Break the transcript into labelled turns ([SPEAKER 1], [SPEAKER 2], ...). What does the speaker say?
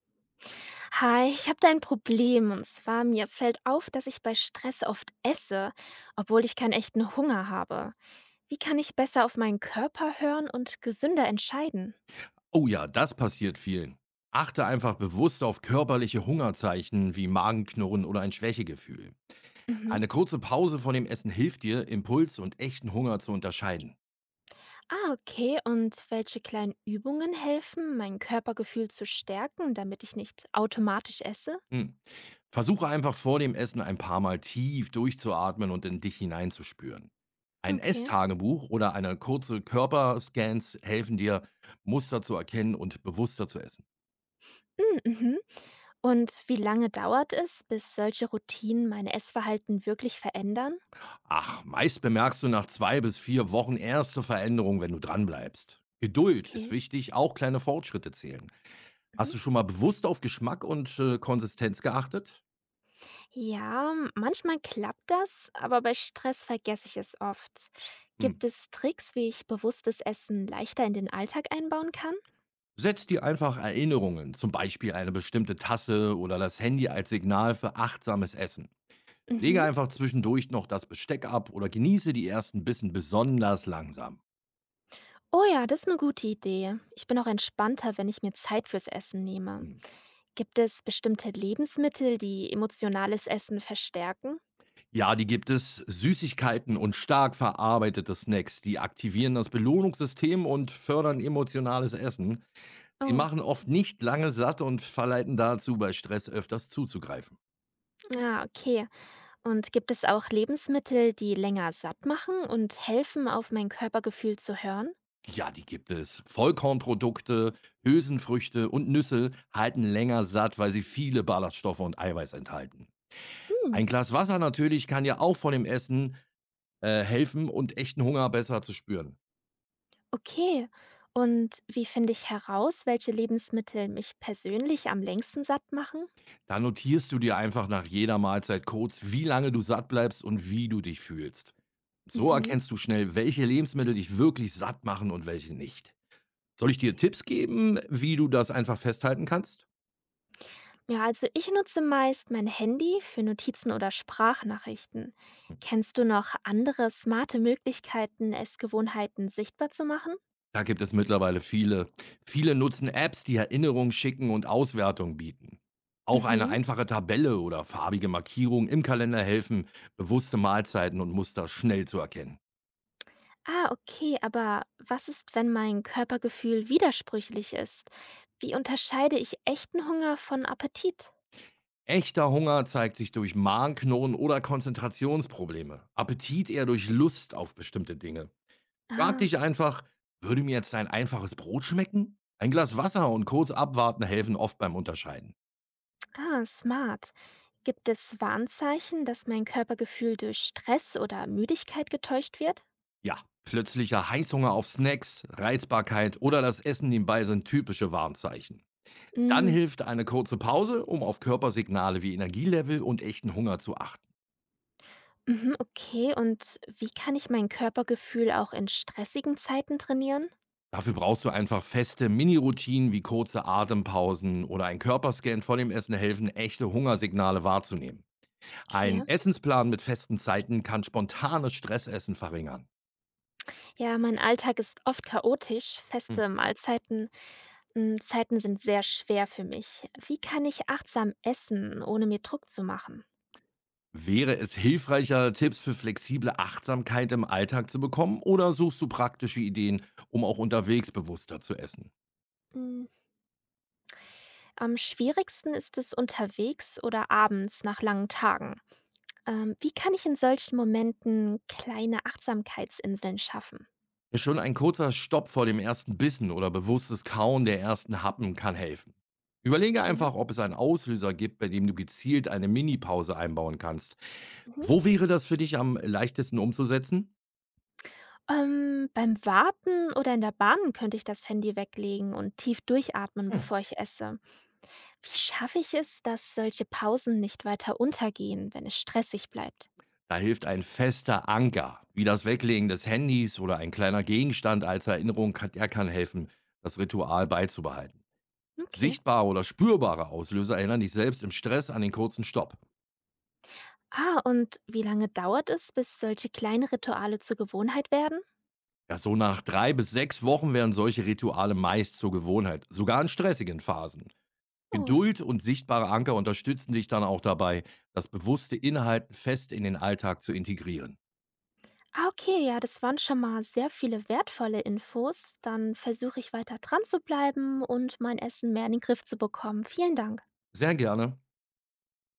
[SPEAKER 1] Hi, ich habe da ein Problem und zwar mir fällt auf, dass ich bei Stress oft esse, obwohl ich keinen echten Hunger habe. Wie kann ich besser auf meinen Körper hören und gesünder entscheiden?
[SPEAKER 2] Oh ja, das passiert vielen. Achte einfach bewusst auf körperliche Hungerzeichen wie Magenknurren oder ein Schwächegefühl.
[SPEAKER 1] Mhm.
[SPEAKER 2] Eine kurze Pause von dem Essen hilft dir, Impuls und echten Hunger zu unterscheiden.
[SPEAKER 1] Ah, okay. Und welche kleinen Übungen helfen, mein Körpergefühl zu stärken, damit ich nicht automatisch esse?
[SPEAKER 2] Hm. Versuche einfach vor dem Essen ein paar Mal tief durchzuatmen und in dich hineinzuspüren. Ein
[SPEAKER 1] Okay.
[SPEAKER 2] Esstagebuch oder eine kurze Körperscans helfen dir, Muster zu erkennen und bewusster zu essen.
[SPEAKER 1] Mm, Mhm. Und wie lange dauert es, bis solche Routinen mein Essverhalten wirklich verändern?
[SPEAKER 2] Ach, meist bemerkst du nach 2 bis 4 Wochen erste Veränderungen, wenn du dranbleibst. Geduld ist
[SPEAKER 1] Okay.
[SPEAKER 2] wichtig, auch kleine Fortschritte zählen.
[SPEAKER 1] Mhm.
[SPEAKER 2] Hast du schon mal bewusst auf Geschmack und Konsistenz geachtet?
[SPEAKER 1] Ja, manchmal klappt das, aber bei Stress vergesse ich es oft.
[SPEAKER 2] Hm.
[SPEAKER 1] Gibt es Tricks, wie ich bewusstes Essen leichter in den Alltag einbauen kann?
[SPEAKER 2] Setz dir einfach Erinnerungen, zum Beispiel eine bestimmte Tasse oder das Handy als Signal für achtsames Essen. Lege
[SPEAKER 1] Mhm.
[SPEAKER 2] einfach zwischendurch noch das Besteck ab oder genieße die ersten Bissen besonders langsam.
[SPEAKER 1] Oh ja, das ist eine gute Idee. Ich bin auch entspannter, wenn ich mir Zeit fürs Essen nehme.
[SPEAKER 2] Hm.
[SPEAKER 1] Gibt es bestimmte Lebensmittel, die emotionales Essen verstärken?
[SPEAKER 2] Ja, die gibt es. Süßigkeiten und stark verarbeitete Snacks, die aktivieren das Belohnungssystem und fördern emotionales Essen. Sie
[SPEAKER 1] Oh,
[SPEAKER 2] machen oft nicht lange satt und verleiten dazu, bei Stress öfters zuzugreifen.
[SPEAKER 1] ja, okay. Und gibt es auch Lebensmittel, die länger satt machen und helfen, auf mein Körpergefühl zu hören?
[SPEAKER 2] Ja, die gibt es. Vollkornprodukte, Hülsenfrüchte und Nüsse halten länger satt, weil sie viele Ballaststoffe und Eiweiß enthalten.
[SPEAKER 1] Mm.
[SPEAKER 2] Ein Glas Wasser natürlich kann ja auch vor dem Essen helfen und echten Hunger besser zu spüren.
[SPEAKER 1] Okay. Und wie finde ich heraus, welche Lebensmittel mich persönlich am längsten satt machen?
[SPEAKER 2] Da notierst du dir einfach nach jeder Mahlzeit kurz, wie lange du satt bleibst und wie du dich fühlst. So
[SPEAKER 1] Mhm.
[SPEAKER 2] erkennst du schnell, welche Lebensmittel dich wirklich satt machen und welche nicht. Soll ich dir
[SPEAKER 1] Okay.
[SPEAKER 2] Tipps geben, wie du das einfach festhalten kannst?
[SPEAKER 1] Ja, also ich nutze meist mein Handy für Notizen oder Sprachnachrichten. Kennst du noch andere smarte Möglichkeiten, Essgewohnheiten sichtbar zu machen?
[SPEAKER 2] Da gibt es mittlerweile viele. Viele nutzen Apps, die Erinnerungen schicken und Auswertungen bieten. Auch eine
[SPEAKER 1] Mhm.
[SPEAKER 2] einfache Tabelle oder farbige Markierung im Kalender helfen, bewusste Mahlzeiten und Muster schnell zu erkennen.
[SPEAKER 1] Ah, okay, aber was ist, wenn mein Körpergefühl widersprüchlich ist? Wie unterscheide ich echten Hunger von Appetit?
[SPEAKER 2] Echter Hunger zeigt sich durch Magenknurren oder Konzentrationsprobleme, Appetit eher durch Lust auf bestimmte Dinge. Frag
[SPEAKER 1] Ah.
[SPEAKER 2] dich einfach, würde mir jetzt ein einfaches Brot schmecken? Ein Glas Wasser und kurz abwarten helfen oft beim Unterscheiden.
[SPEAKER 1] Ah, smart. Gibt es Warnzeichen, dass mein Körpergefühl durch Stress oder Müdigkeit getäuscht wird?
[SPEAKER 2] Ja, plötzlicher Heißhunger auf Snacks, Reizbarkeit oder das Essen nebenbei sind typische Warnzeichen. Dann
[SPEAKER 1] Mm,
[SPEAKER 2] hilft eine kurze Pause, um auf Körpersignale wie Energielevel und echten Hunger zu achten.
[SPEAKER 1] Mhm, okay, und wie kann ich mein Körpergefühl auch in stressigen Zeiten trainieren?
[SPEAKER 2] Dafür brauchst du einfach feste Mini-Routinen wie kurze Atempausen oder ein Körperscan vor dem Essen helfen, echte Hungersignale wahrzunehmen.
[SPEAKER 1] Okay.
[SPEAKER 2] Ein Essensplan mit festen Zeiten kann spontanes Stressessen verringern.
[SPEAKER 1] Ja, mein Alltag ist oft chaotisch.
[SPEAKER 2] Hm.
[SPEAKER 1] Feste Mahlzeiten, mm, Zeiten sind sehr schwer für mich. Wie kann ich achtsam essen, ohne mir Druck zu machen?
[SPEAKER 2] Wäre es hilfreicher, Tipps für flexible Achtsamkeit im Alltag zu bekommen, oder suchst du praktische Ideen, um auch unterwegs bewusster zu essen?
[SPEAKER 1] Mm, am schwierigsten ist es unterwegs oder abends nach langen Tagen. Wie kann ich in solchen Momenten kleine Achtsamkeitsinseln schaffen?
[SPEAKER 2] Ja, schon ein kurzer Stopp vor dem ersten Bissen oder bewusstes Kauen der ersten Happen kann helfen. Überlege
[SPEAKER 1] Okay.
[SPEAKER 2] einfach, ob es einen Auslöser gibt, bei dem du gezielt eine Minipause einbauen kannst.
[SPEAKER 1] Mhm.
[SPEAKER 2] Wo wäre das für dich am leichtesten umzusetzen?
[SPEAKER 1] Beim Warten oder in der Bahn könnte ich das Handy weglegen und tief durchatmen,
[SPEAKER 2] Hm.
[SPEAKER 1] bevor ich esse. Wie schaffe ich es, dass solche Pausen nicht weiter untergehen, wenn es stressig bleibt?
[SPEAKER 2] Da hilft ein fester Anker, wie das Weglegen des Handys oder ein kleiner Gegenstand als Erinnerung, der kann helfen, das Ritual beizubehalten.
[SPEAKER 1] Okay.
[SPEAKER 2] Sichtbare oder spürbare Auslöser erinnern dich selbst im Stress an den kurzen Stopp.
[SPEAKER 1] Ah, und wie lange dauert es, bis solche kleinen Rituale zur Gewohnheit werden?
[SPEAKER 2] Ja, so nach 3 bis 6 Wochen werden solche Rituale meist zur Gewohnheit, sogar in stressigen Phasen.
[SPEAKER 1] Oh.
[SPEAKER 2] Geduld und sichtbare Anker unterstützen dich dann auch dabei, das bewusste Inhalten fest in den Alltag zu integrieren.
[SPEAKER 1] Ah, okay, ja, das waren schon mal sehr viele wertvolle Infos. Dann versuche ich weiter dran zu bleiben und mein Essen mehr in den Griff zu bekommen. Vielen Dank.
[SPEAKER 2] Sehr gerne.